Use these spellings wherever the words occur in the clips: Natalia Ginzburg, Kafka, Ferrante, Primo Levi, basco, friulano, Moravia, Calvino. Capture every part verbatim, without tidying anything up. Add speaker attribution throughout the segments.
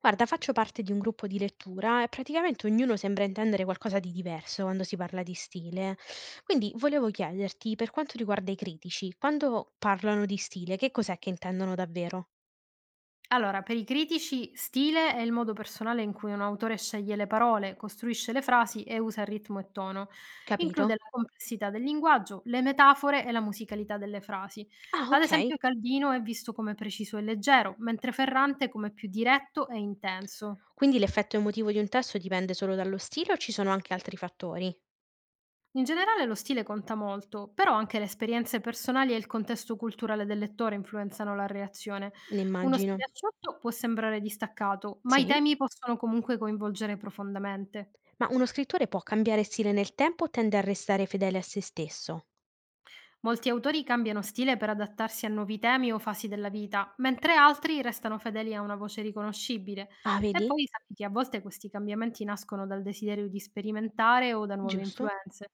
Speaker 1: Guarda, faccio parte di un gruppo di lettura e praticamente ognuno sembra intendere qualcosa di diverso quando si parla di stile. Quindi volevo chiederti, per quanto riguarda i critici, quando parlano di stile, che cos'è che intendono davvero?
Speaker 2: Allora, per i critici, stile è il modo personale in cui un autore sceglie le parole, costruisce le frasi e usa ritmo e tono. Include
Speaker 1: Capito?
Speaker 2: la complessità del linguaggio, le metafore e la musicalità delle frasi.
Speaker 1: Ah,
Speaker 2: Ad
Speaker 1: ok.
Speaker 2: esempio, Calvino è visto come preciso e leggero, mentre Ferrante come più diretto e intenso.
Speaker 1: Quindi l'effetto emotivo di un testo dipende solo dallo stile o ci sono anche altri fattori?
Speaker 2: In generale lo stile conta molto, però anche le esperienze personali e il contesto culturale del lettore influenzano la reazione.
Speaker 1: Ne
Speaker 2: Uno
Speaker 1: immagino.
Speaker 2: stile asciutto può sembrare distaccato, ma i
Speaker 1: Sì.
Speaker 2: temi possono comunque coinvolgere profondamente.
Speaker 1: Ma uno scrittore può cambiare stile nel tempo o tende a restare fedele a se stesso?
Speaker 2: Molti autori cambiano stile per adattarsi a nuovi temi o fasi della vita, mentre altri restano fedeli a una voce riconoscibile.
Speaker 1: Ah,
Speaker 2: E
Speaker 1: vedi?
Speaker 2: poi sappi che a volte questi cambiamenti nascono dal desiderio di sperimentare o da nuove
Speaker 1: Giusto?
Speaker 2: influenze.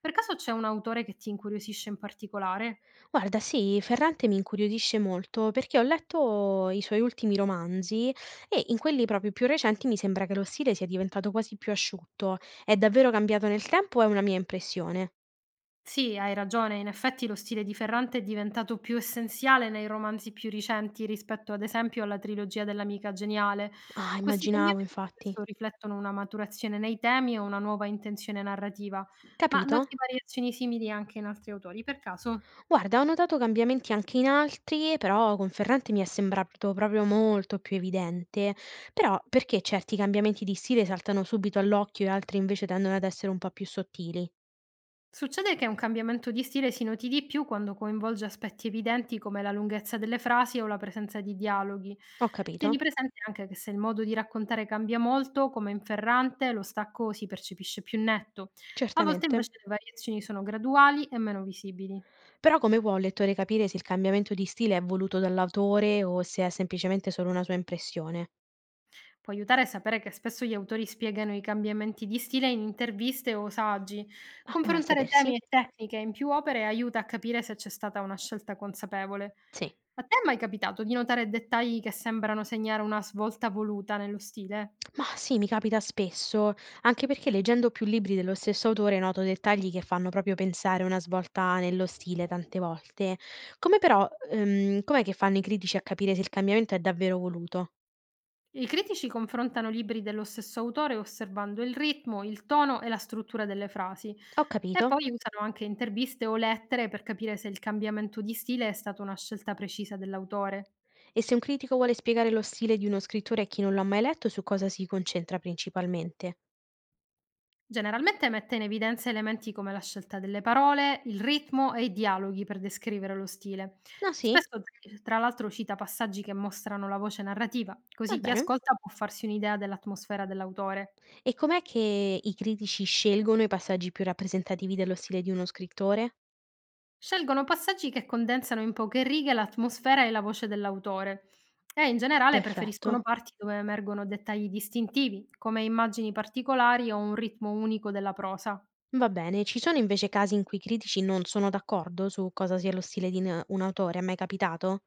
Speaker 2: Per caso c'è un autore che ti incuriosisce in particolare?
Speaker 1: Guarda, sì, Ferrante mi incuriosisce molto perché ho letto i suoi ultimi romanzi e in quelli proprio più recenti mi sembra che lo stile sia diventato quasi più asciutto. È davvero cambiato nel tempo o è una mia impressione?
Speaker 2: Sì, hai ragione. In effetti lo stile di Ferrante è diventato più essenziale nei romanzi più recenti rispetto, ad esempio, alla trilogia dell'amica geniale.
Speaker 1: Ah,
Speaker 2: Questi
Speaker 1: immaginavo,
Speaker 2: cambiamenti
Speaker 1: infatti.
Speaker 2: spesso riflettono una maturazione nei temi e una nuova intenzione narrativa. Ma
Speaker 1: Capito?
Speaker 2: noti variazioni simili anche in altri autori, per caso?
Speaker 1: Guarda, ho notato cambiamenti anche in altri, però con Ferrante mi è sembrato proprio molto più evidente. Però perché certi cambiamenti di stile saltano subito all'occhio e altri invece tendono ad essere un po' più sottili?
Speaker 2: Succede che un cambiamento di stile si noti di più quando coinvolge aspetti evidenti come la lunghezza delle frasi o la presenza di dialoghi.
Speaker 1: Ho
Speaker 2: Tieni
Speaker 1: capito,
Speaker 2: presente anche che se il modo di raccontare cambia molto, come in Ferrante, lo stacco si percepisce più netto. A volte
Speaker 1: certamente.
Speaker 2: invece le variazioni sono graduali e meno visibili.
Speaker 1: Però come può un lettore capire se il cambiamento di stile è voluto dall'autore o se è semplicemente solo una sua impressione?
Speaker 2: Può aiutare a sapere che spesso gli autori spiegano i cambiamenti di stile in interviste o saggi.
Speaker 1: Ah, buono a
Speaker 2: Confrontare temi
Speaker 1: sapersi.
Speaker 2: e tecniche in più opere aiuta a capire se c'è stata una scelta consapevole.
Speaker 1: Sì.
Speaker 2: A te è mai capitato di notare dettagli che sembrano segnare una svolta voluta nello stile?
Speaker 1: Ma sì, mi capita spesso, anche perché leggendo più libri dello stesso autore noto dettagli che fanno proprio pensare a una svolta nello stile tante volte. Come però, ehm, com'è che fanno i critici a capire se il cambiamento è davvero voluto?
Speaker 2: I critici confrontano libri dello stesso autore osservando il ritmo, il tono e la struttura delle frasi
Speaker 1: Ho
Speaker 2: e
Speaker 1: capito.
Speaker 2: poi usano anche interviste o lettere per capire se il cambiamento di stile è stata una scelta precisa dell'autore.
Speaker 1: E se un critico vuole spiegare lo stile di uno scrittore a chi non l'ha mai letto, su cosa si concentra principalmente?
Speaker 2: Generalmente mette in evidenza elementi come la scelta delle parole, il ritmo e i dialoghi per descrivere lo stile.
Speaker 1: Ah sì?
Speaker 2: Spesso, tr- tra l'altro, cita passaggi che mostrano la voce narrativa,
Speaker 1: Va
Speaker 2: così chi
Speaker 1: bene.
Speaker 2: ascolta può farsi un'idea dell'atmosfera dell'autore.
Speaker 1: E com'è che i critici scelgono i passaggi più rappresentativi dello stile di uno scrittore?
Speaker 2: Scelgono passaggi che condensano in poche righe l'atmosfera e la voce dell'autore e in generale preferiscono
Speaker 1: Perfetto.
Speaker 2: parti dove emergono dettagli distintivi, come immagini particolari o un ritmo unico della prosa.
Speaker 1: Va bene, ci sono invece casi in cui i critici non sono d'accordo su cosa sia lo stile di un un autore, è mai capitato?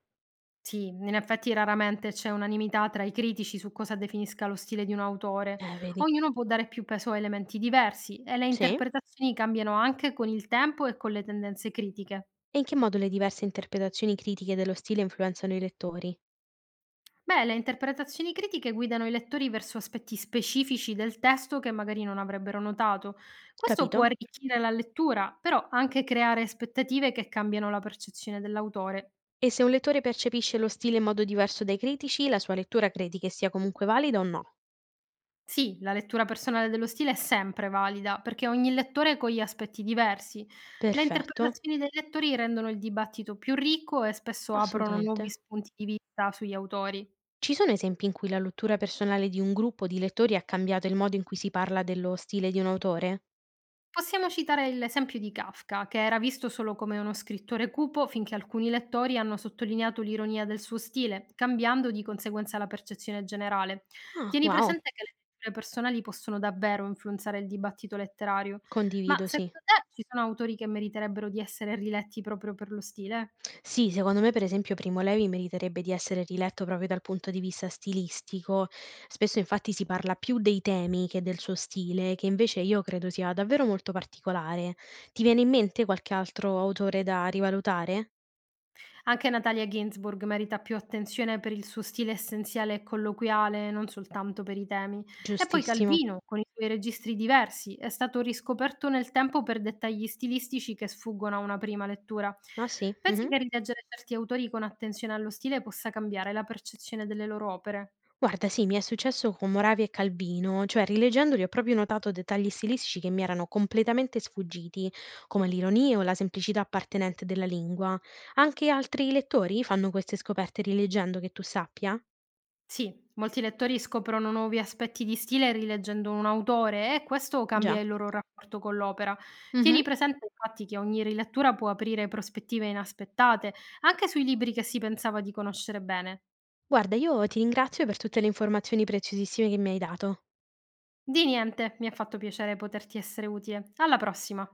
Speaker 2: Sì, in effetti raramente c'è unanimità tra i critici su cosa definisca lo stile di un autore.
Speaker 1: Eh, vedi.
Speaker 2: Ognuno può dare più peso a elementi diversi e le
Speaker 1: Sì.
Speaker 2: interpretazioni cambiano anche con il tempo e con le tendenze critiche.
Speaker 1: E in che modo le diverse interpretazioni critiche dello stile influenzano i lettori?
Speaker 2: Beh, le interpretazioni critiche guidano i lettori verso aspetti specifici del testo che magari non avrebbero notato. Questo può
Speaker 1: Capito?
Speaker 2: arricchire la lettura, però anche creare aspettative che cambiano la percezione dell'autore.
Speaker 1: E se un lettore percepisce lo stile in modo diverso dai critici, la sua lettura credi che sia comunque valida o no?
Speaker 2: Sì, la lettura personale dello stile è sempre valida, perché ogni lettore coglie aspetti diversi. Le
Speaker 1: Perfetto,
Speaker 2: interpretazioni dei lettori rendono il dibattito più ricco e spesso aprono nuovi
Speaker 1: assolutamente.
Speaker 2: spunti di vista sugli autori.
Speaker 1: Ci sono esempi in cui la lettura personale di un gruppo di lettori ha cambiato il modo in cui si parla dello stile di un autore?
Speaker 2: Possiamo citare il l'esempio di Kafka, che era visto solo come uno scrittore cupo finché alcuni lettori hanno sottolineato l'ironia del suo stile, cambiando di conseguenza la percezione generale.
Speaker 1: Ah,
Speaker 2: Tieni
Speaker 1: wow,
Speaker 2: presente che le letture personali possono davvero influenzare il dibattito letterario, ma
Speaker 1: condivido, sì.
Speaker 2: secondo te ci sono autori che meriterebbero di essere riletti proprio per lo stile?
Speaker 1: Sì, secondo me per esempio Primo Levi meriterebbe di essere riletto proprio dal punto di vista stilistico. Spesso infatti si parla più dei temi che del suo stile, che invece io credo sia davvero molto particolare. Ti viene in mente qualche altro autore da rivalutare?
Speaker 2: Anche Natalia Ginzburg merita più attenzione per il suo stile essenziale e colloquiale, non soltanto per i temi. E poi
Speaker 1: Giustissimo.
Speaker 2: Calvino, con i suoi registri diversi, è stato riscoperto nel tempo per dettagli stilistici che sfuggono a una prima lettura.
Speaker 1: Ah sì?
Speaker 2: Pensi
Speaker 1: Mhm.
Speaker 2: che rileggere certi autori con attenzione allo stile possa cambiare la percezione delle loro opere?
Speaker 1: Guarda, sì, mi è successo con Moravia e Calvino, cioè rileggendoli ho proprio notato dettagli stilistici che mi erano completamente sfuggiti, come l'ironia o la semplicità appartenente della lingua. Anche altri lettori fanno queste scoperte rileggendo, che tu sappia?
Speaker 2: Sì, molti lettori scoprono nuovi aspetti di stile rileggendo un autore e questo cambia
Speaker 1: Già.
Speaker 2: il loro rapporto con l'opera.
Speaker 1: Mhm.
Speaker 2: Tieni presente infatti che ogni rilettura può aprire prospettive inaspettate, anche sui libri che si pensava di conoscere bene.
Speaker 1: Guarda, io ti ringrazio per tutte le informazioni preziosissime che mi hai dato.
Speaker 2: Di niente, mi ha fatto piacere poterti essere utile. Alla prossima!